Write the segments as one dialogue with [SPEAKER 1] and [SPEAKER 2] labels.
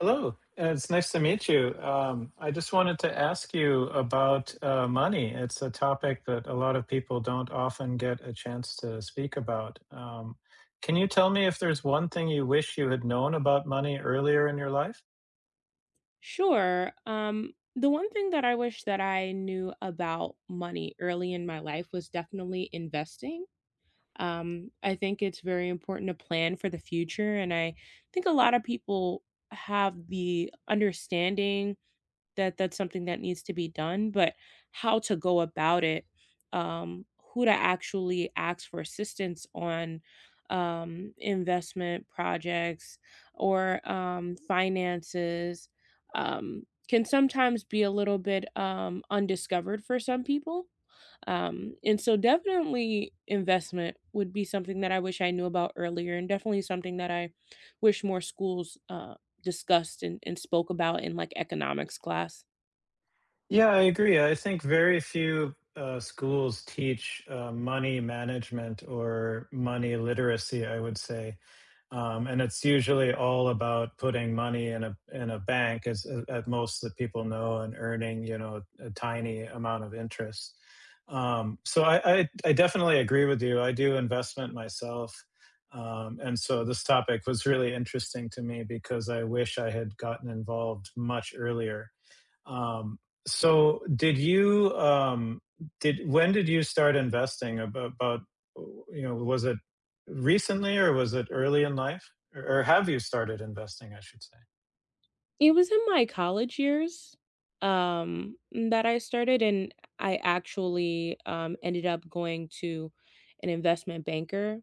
[SPEAKER 1] Hello, it's nice to meet you. I just wanted to ask you about money. It's a topic that a lot of people don't often get a chance to speak about. Can you tell me if there's one thing you wish you had known about money earlier in your life?
[SPEAKER 2] Sure. The one thing that I wish that I knew about money early in my life was definitely investing. I think it's very important to plan for the future, and I think a lot of people have the understanding that that's something that needs to be done, but how to go about it, um, who to actually ask for assistance on investment projects or finances can sometimes be a little bit undiscovered for some people. Definitely, investment would be something that I wish I knew about earlier, and definitely something that I wish more schools discussed and spoke about in like economics class.
[SPEAKER 1] Yeah, I agree. I think very few schools teach money management or money literacy, I would say. And it's usually all about putting money in a bank, as at most, that people know, and earning a tiny amount of interest. So I definitely agree with you. I do investment myself. And so this topic was really interesting to me because I wish I had gotten involved much earlier. Um, so did you did When did you start investing? About, was it recently, or was it early in life, or have you started investing, I should say?
[SPEAKER 2] It was in my college years, um, that I started, and I actually, ended up going to an investment banker.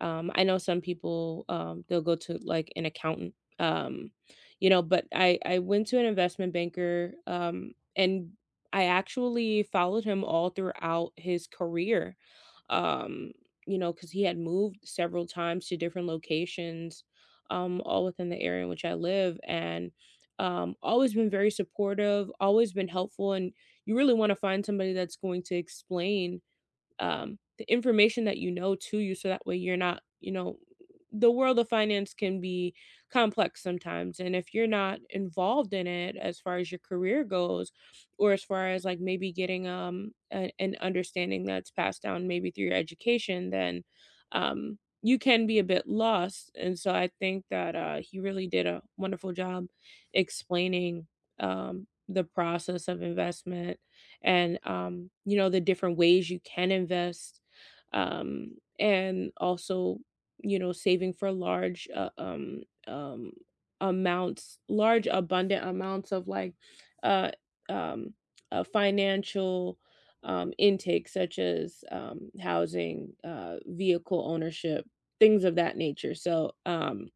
[SPEAKER 2] I know some people, they'll go to, like, an accountant, you know, but I went to an investment banker, and I actually followed him all throughout his career, um, you know, because he had moved several times to different locations, all within the area in which I live, and always been very supportive, always been helpful, and you really want to find somebody that's going to explain the information that you know to you so that way you're not, you know, the world of finance can be complex sometimes, and if you're not involved in it as far as your career goes or as far as like maybe getting an understanding that's passed down maybe through your education, then you can be a bit lost, and so I think that he really did a wonderful job explaining the process of investment, and you know, the different ways you can invest, and also, you know, saving for large amounts, large abundant amounts of like uh, um, financial intake, such as housing, vehicle ownership, things of that nature. So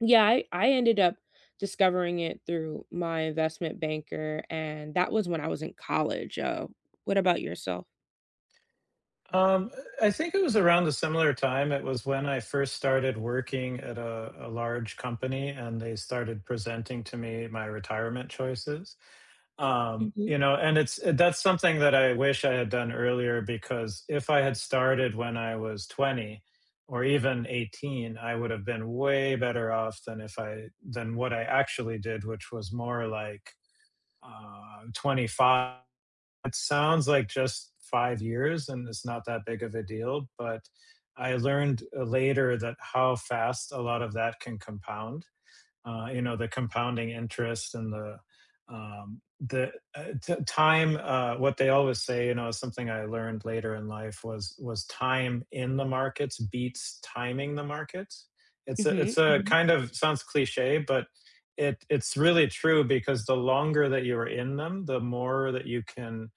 [SPEAKER 2] yeah, I ended up discovering it through my investment banker, and that was when I was in college. What about yourself?
[SPEAKER 1] Um, I think it was around a similar time. It was when I first started working at a large company, and they started presenting to me my retirement choices.
[SPEAKER 2] Mhm.
[SPEAKER 1] And it's that's something that I wish I had done earlier, because if I had started when I was 20 or even 18, I would have been way better off than if I than what I actually did, which was more like 25. It sounds like just 5 years, and it's not that big of a deal, but I learned, later, that how fast a lot of that can compound. You know, the compounding interest and the time. What they always say, something I learned later in life was time in the markets beats timing the markets. it's a
[SPEAKER 2] Mhm.
[SPEAKER 1] it's a
[SPEAKER 2] Mhm.
[SPEAKER 1] kind of sounds cliche, but it's really true, because the longer that you're in them, the more that you can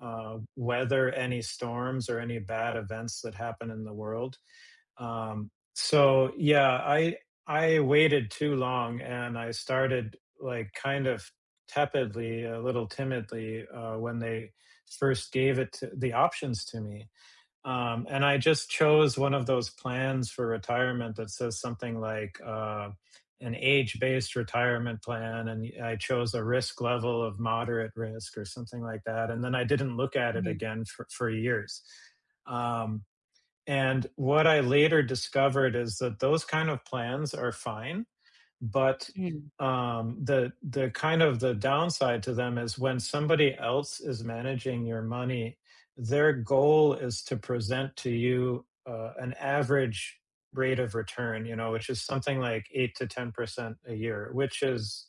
[SPEAKER 1] weather any storms or any bad events that happen in the world. So yeah, I waited too long, and I started like kind of tepidly, a little timidly, when they first gave it to, the options to me. And I just chose one of those plans for retirement that says something like, an age-based retirement plan, and I chose a risk level of moderate risk or something like that. And then I didn't look at it
[SPEAKER 2] Mhm.
[SPEAKER 1] again for years. Um, and what I later discovered is that those kind of plans are fine, but
[SPEAKER 2] Mhm.
[SPEAKER 1] the kind of the downside to them is when somebody else is managing your money, their goal is to present to you an average rate of return, you know, which is something like 8 to 10% a year, which is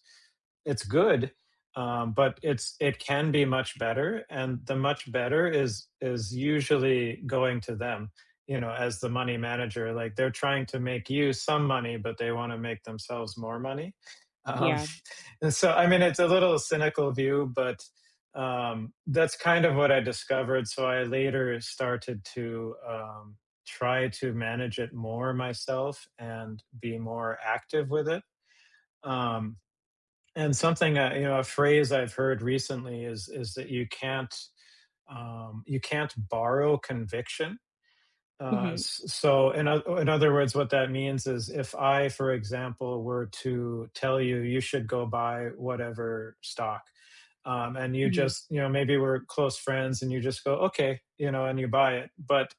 [SPEAKER 1] it's good. But it can be much better, and the much better is usually going to them, you know, as the money manager. Like, they're trying to make you some money, but they want to make themselves more money. um,
[SPEAKER 2] Yeah.
[SPEAKER 1] and so, I mean, it's a little cynical view, but that's kind of what I discovered. So I later started to try to manage it more myself and be more active with it. um, and something, you know, a phrase I've heard recently is that you can't borrow conviction.
[SPEAKER 2] Mhm.
[SPEAKER 1] So, in other words, what that means is, if I, for example, were to tell you you should go buy whatever stock, and you
[SPEAKER 2] Mhm.
[SPEAKER 1] just, you know, maybe we're close friends, and you just go, okay, and you buy it. But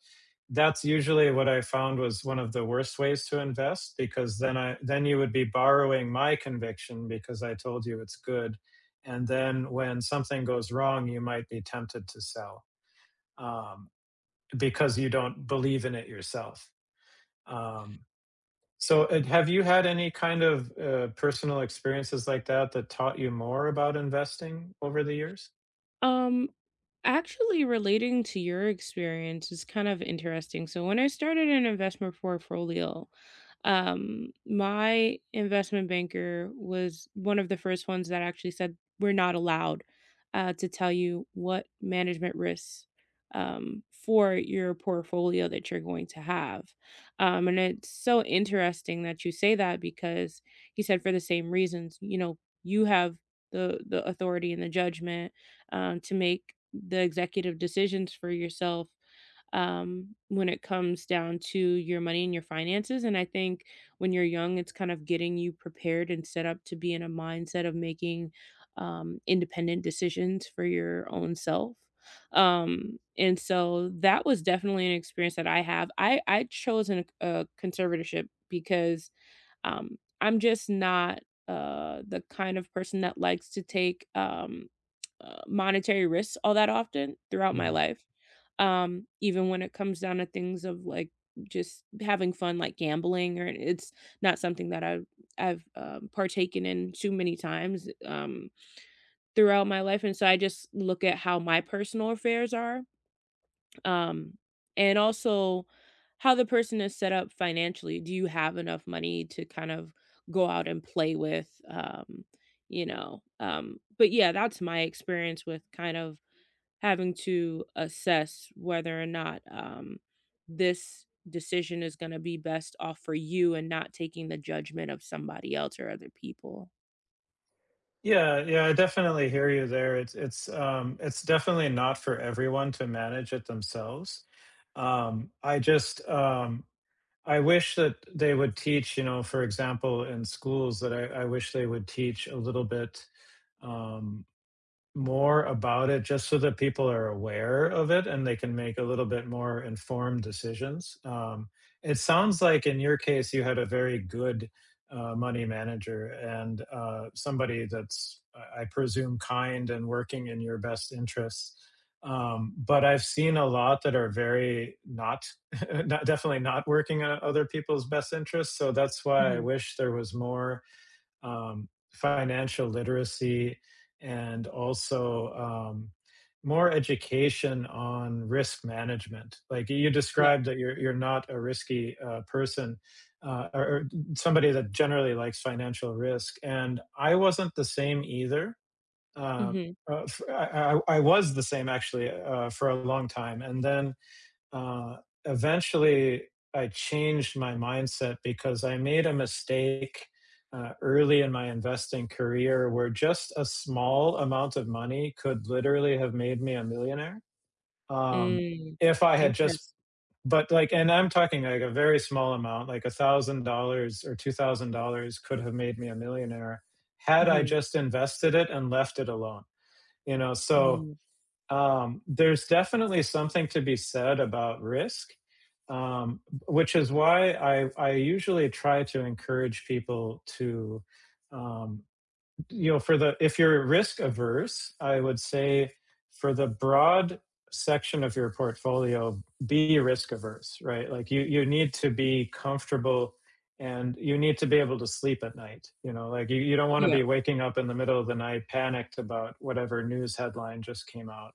[SPEAKER 1] that's usually what I found was one of the worst ways to invest, because then you would be borrowing my conviction because I told you it's good. And then when something goes wrong, you might be tempted to sell, um, because you don't believe in it yourself. um, so, Ed, have you had any kind of personal experiences like that that taught you more about investing over the years?
[SPEAKER 2] Um, Actually, relating to your experience is kind of interesting. So when I started an investment portfolio, my investment banker was one of the first ones that actually said we're not allowed to tell you what management risks for your portfolio that you're going to have. And it's so interesting that you say that because he said for the same reasons, you know, you have the authority and the judgment to make the executive decisions for yourself when it comes down to your money and your finances. And I think when you're young, it's kind of getting you prepared and set up to be in a mindset of making independent decisions for your own self. And so that was definitely an experience that I have. I chose a conservatorship because I'm just not the kind of person that likes to take monetary risks all that often throughout my
[SPEAKER 1] Mhm.
[SPEAKER 2] life. Even when it comes down to things of like just having fun, like gambling, or it's not something that I've partaken in too many times throughout my life, and so I just look at how my personal affairs are, um, and also how the person is set up financially. Do you have enough money to kind of go out and play with? But yeah, that's my experience with kind of having to assess whether or not, this decision is gonna be best off for you and not taking the judgment of somebody else or other people.
[SPEAKER 1] Yeah, yeah, I definitely hear you there. It's definitely not for everyone to manage it themselves. Um, I just um, I wish that they would teach, you know, for example, in schools. That I wish they would teach a little bit. Um, More about it, just so that people are aware of it and they can make a little bit more informed decisions. It sounds like, in your case, you had a very good money manager and somebody that's, I presume, kind and working in your best interests. But I've seen a lot that are very not, not, definitely not working on other people's best interests. So that's why I
[SPEAKER 2] Mhm,
[SPEAKER 1] wish there was more financial literacy, and also more education on risk management. Like you
[SPEAKER 2] yeah.
[SPEAKER 1] described, that you're, not a risky person, or somebody that generally likes financial risk. And I wasn't the same either. Uh,
[SPEAKER 2] Mhm.
[SPEAKER 1] I was the same, actually, for a long time. And then, uh, eventually, I changed my mindset, because I made a mistake early in my investing career, where just a small amount of money could literally have made me a millionaire. Um,
[SPEAKER 2] Mm.
[SPEAKER 1] if I had just,
[SPEAKER 2] Interest.
[SPEAKER 1] But like, and I'm talking like a very small amount, like $1,000 or $2,000 could have made me a millionaire had I
[SPEAKER 2] Mhm,
[SPEAKER 1] just invested it and left it alone. You know, so
[SPEAKER 2] mm.
[SPEAKER 1] there's definitely something to be said about risk, um, which is why I usually try to encourage people to, um, you know, for the if you're risk averse, I would say, for the broad section of your portfolio, be risk averse, right? Like, you need to be comfortable, and you need to be able to sleep at night, you know, like you don't want to
[SPEAKER 2] Yeah.
[SPEAKER 1] be waking up in the middle of the night panicked about whatever news headline just came out.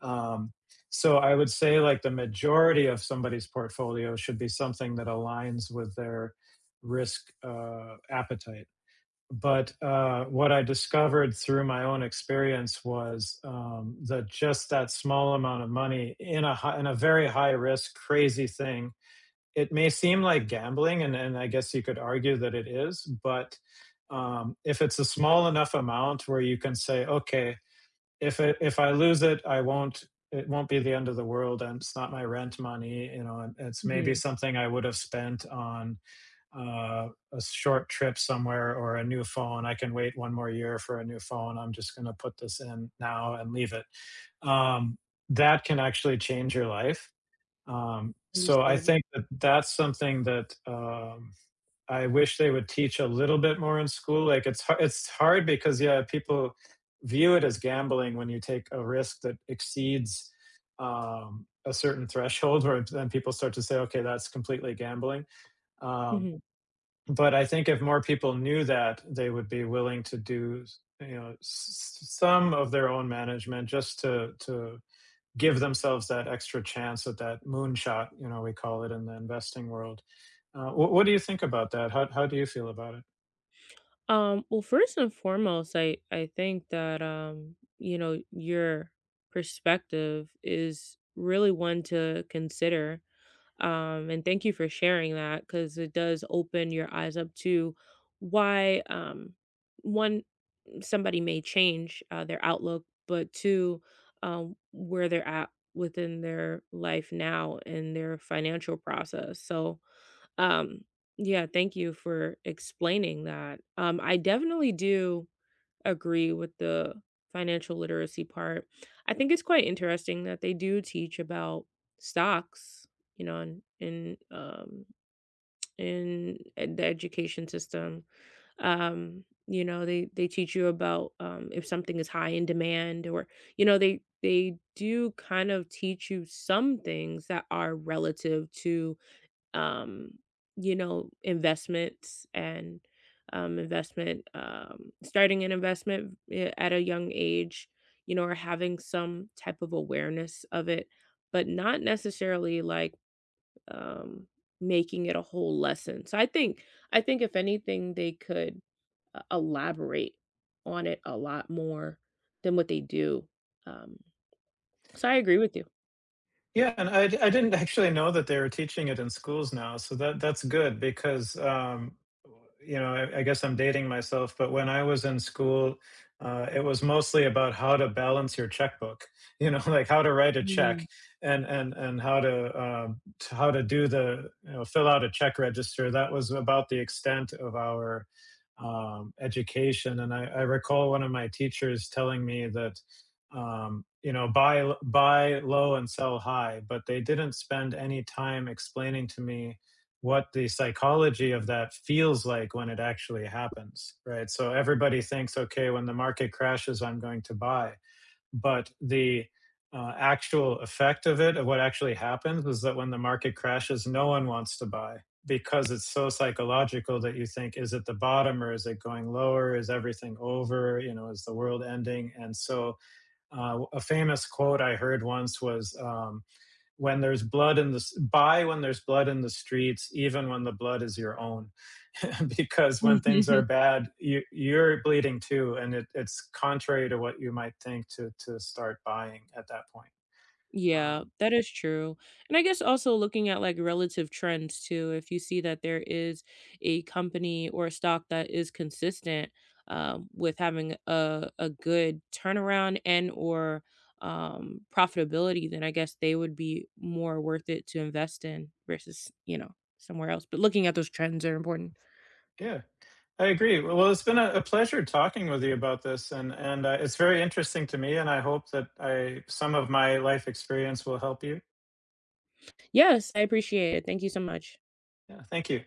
[SPEAKER 1] um, so I would say, like, the majority of somebody's portfolio should be something that aligns with their risk appetite. But what I discovered through my own experience was that just that small amount of money in a high, in a very high risk, crazy thing. It may seem like gambling, and I guess you could argue that it is. But if it's a small enough amount where you can say, okay, if I lose it, I won't. It won't be the end of the world, and it's not my rent money. You know, it's maybe
[SPEAKER 2] Mhm.
[SPEAKER 1] something I would have spent on a short trip somewhere, or a new phone. I can wait one more year for a new phone. I'm just going to put this in now and leave it. Um, that can actually change your life. So I
[SPEAKER 2] Understood.
[SPEAKER 1] think that that's something that. I wish they would teach a little bit more in school. Like, it's hard, because, yeah, people view it as gambling when you take a risk that exceeds a certain threshold, where then people start to say, okay, that's completely gambling. Um,
[SPEAKER 2] Mhm.
[SPEAKER 1] but I think if more people knew that, they would be willing to do, you know, some of their own management, just to give themselves that extra chance at that moonshot, you know, we call it in the investing world. What do you think about that? How do you feel about it?
[SPEAKER 2] Well, first and foremost, I think that, you know, your perspective is really one to consider. And thank you for sharing that because it does open your eyes up to why one, somebody may change their outlook, but two, where they're at within their life now and their financial process. So, um, yeah, thank you for explaining that. I definitely do agree with the financial literacy part. I think it's quite interesting that they do teach about stocks, you know, in the education system. You know, they teach you about if something is high in demand, or you know, they do kind of teach you some things that are relative to um, you know, investments and investment, starting an investment at a young age, you know, or having some type of awareness of it, but not necessarily like um, making it a whole lesson. So I think if anything, they could elaborate on it a lot more than what they do. Um, so I agree with
[SPEAKER 1] Yeah, and I didn't actually know that they were teaching it in schools now, so that's good, because I guess I'm dating myself, but when I was in school, it was mostly about how to balance your checkbook, you know, like how to write a check,
[SPEAKER 2] you.
[SPEAKER 1] and how to, how to do the, fill out a check register. That was about the extent of our education, and I recall one of my teachers telling me that, you know, buy low and sell high, but they didn't spend any time explaining to me what the psychology of that feels like when it actually happens, right? So everybody thinks, okay, when the market crashes, I'm going to buy, but the actual effect of it, of what actually happens, is that when the market crashes, no one wants to buy, because it's so psychological that you think, is it the bottom, or is it going lower? Is everything over? You know, is the world ending? And so, a famous quote I heard once was, "When there's blood in the buy when there's blood in the streets, even when the blood is your own," because
[SPEAKER 2] Mm.
[SPEAKER 1] when things are bad, you're bleeding too, and it's contrary to what you might think, to start buying at that point.
[SPEAKER 2] Yeah,
[SPEAKER 1] Um,
[SPEAKER 2] that is true. And I guess also looking at like relative trends too, if you see that there is a company or a stock that is consistent with having a good turnaround and or profitability, then I guess they would be more worth it to invest in versus, you know, somewhere else. But looking at those trends are important.
[SPEAKER 1] yeah, I agree. Well, it's been a pleasure talking with you about this, and it's very interesting to me, and I hope that I some of my life experience will help you.
[SPEAKER 2] Yes, I appreciate it. Thank you so much.
[SPEAKER 1] Yeah, thank you.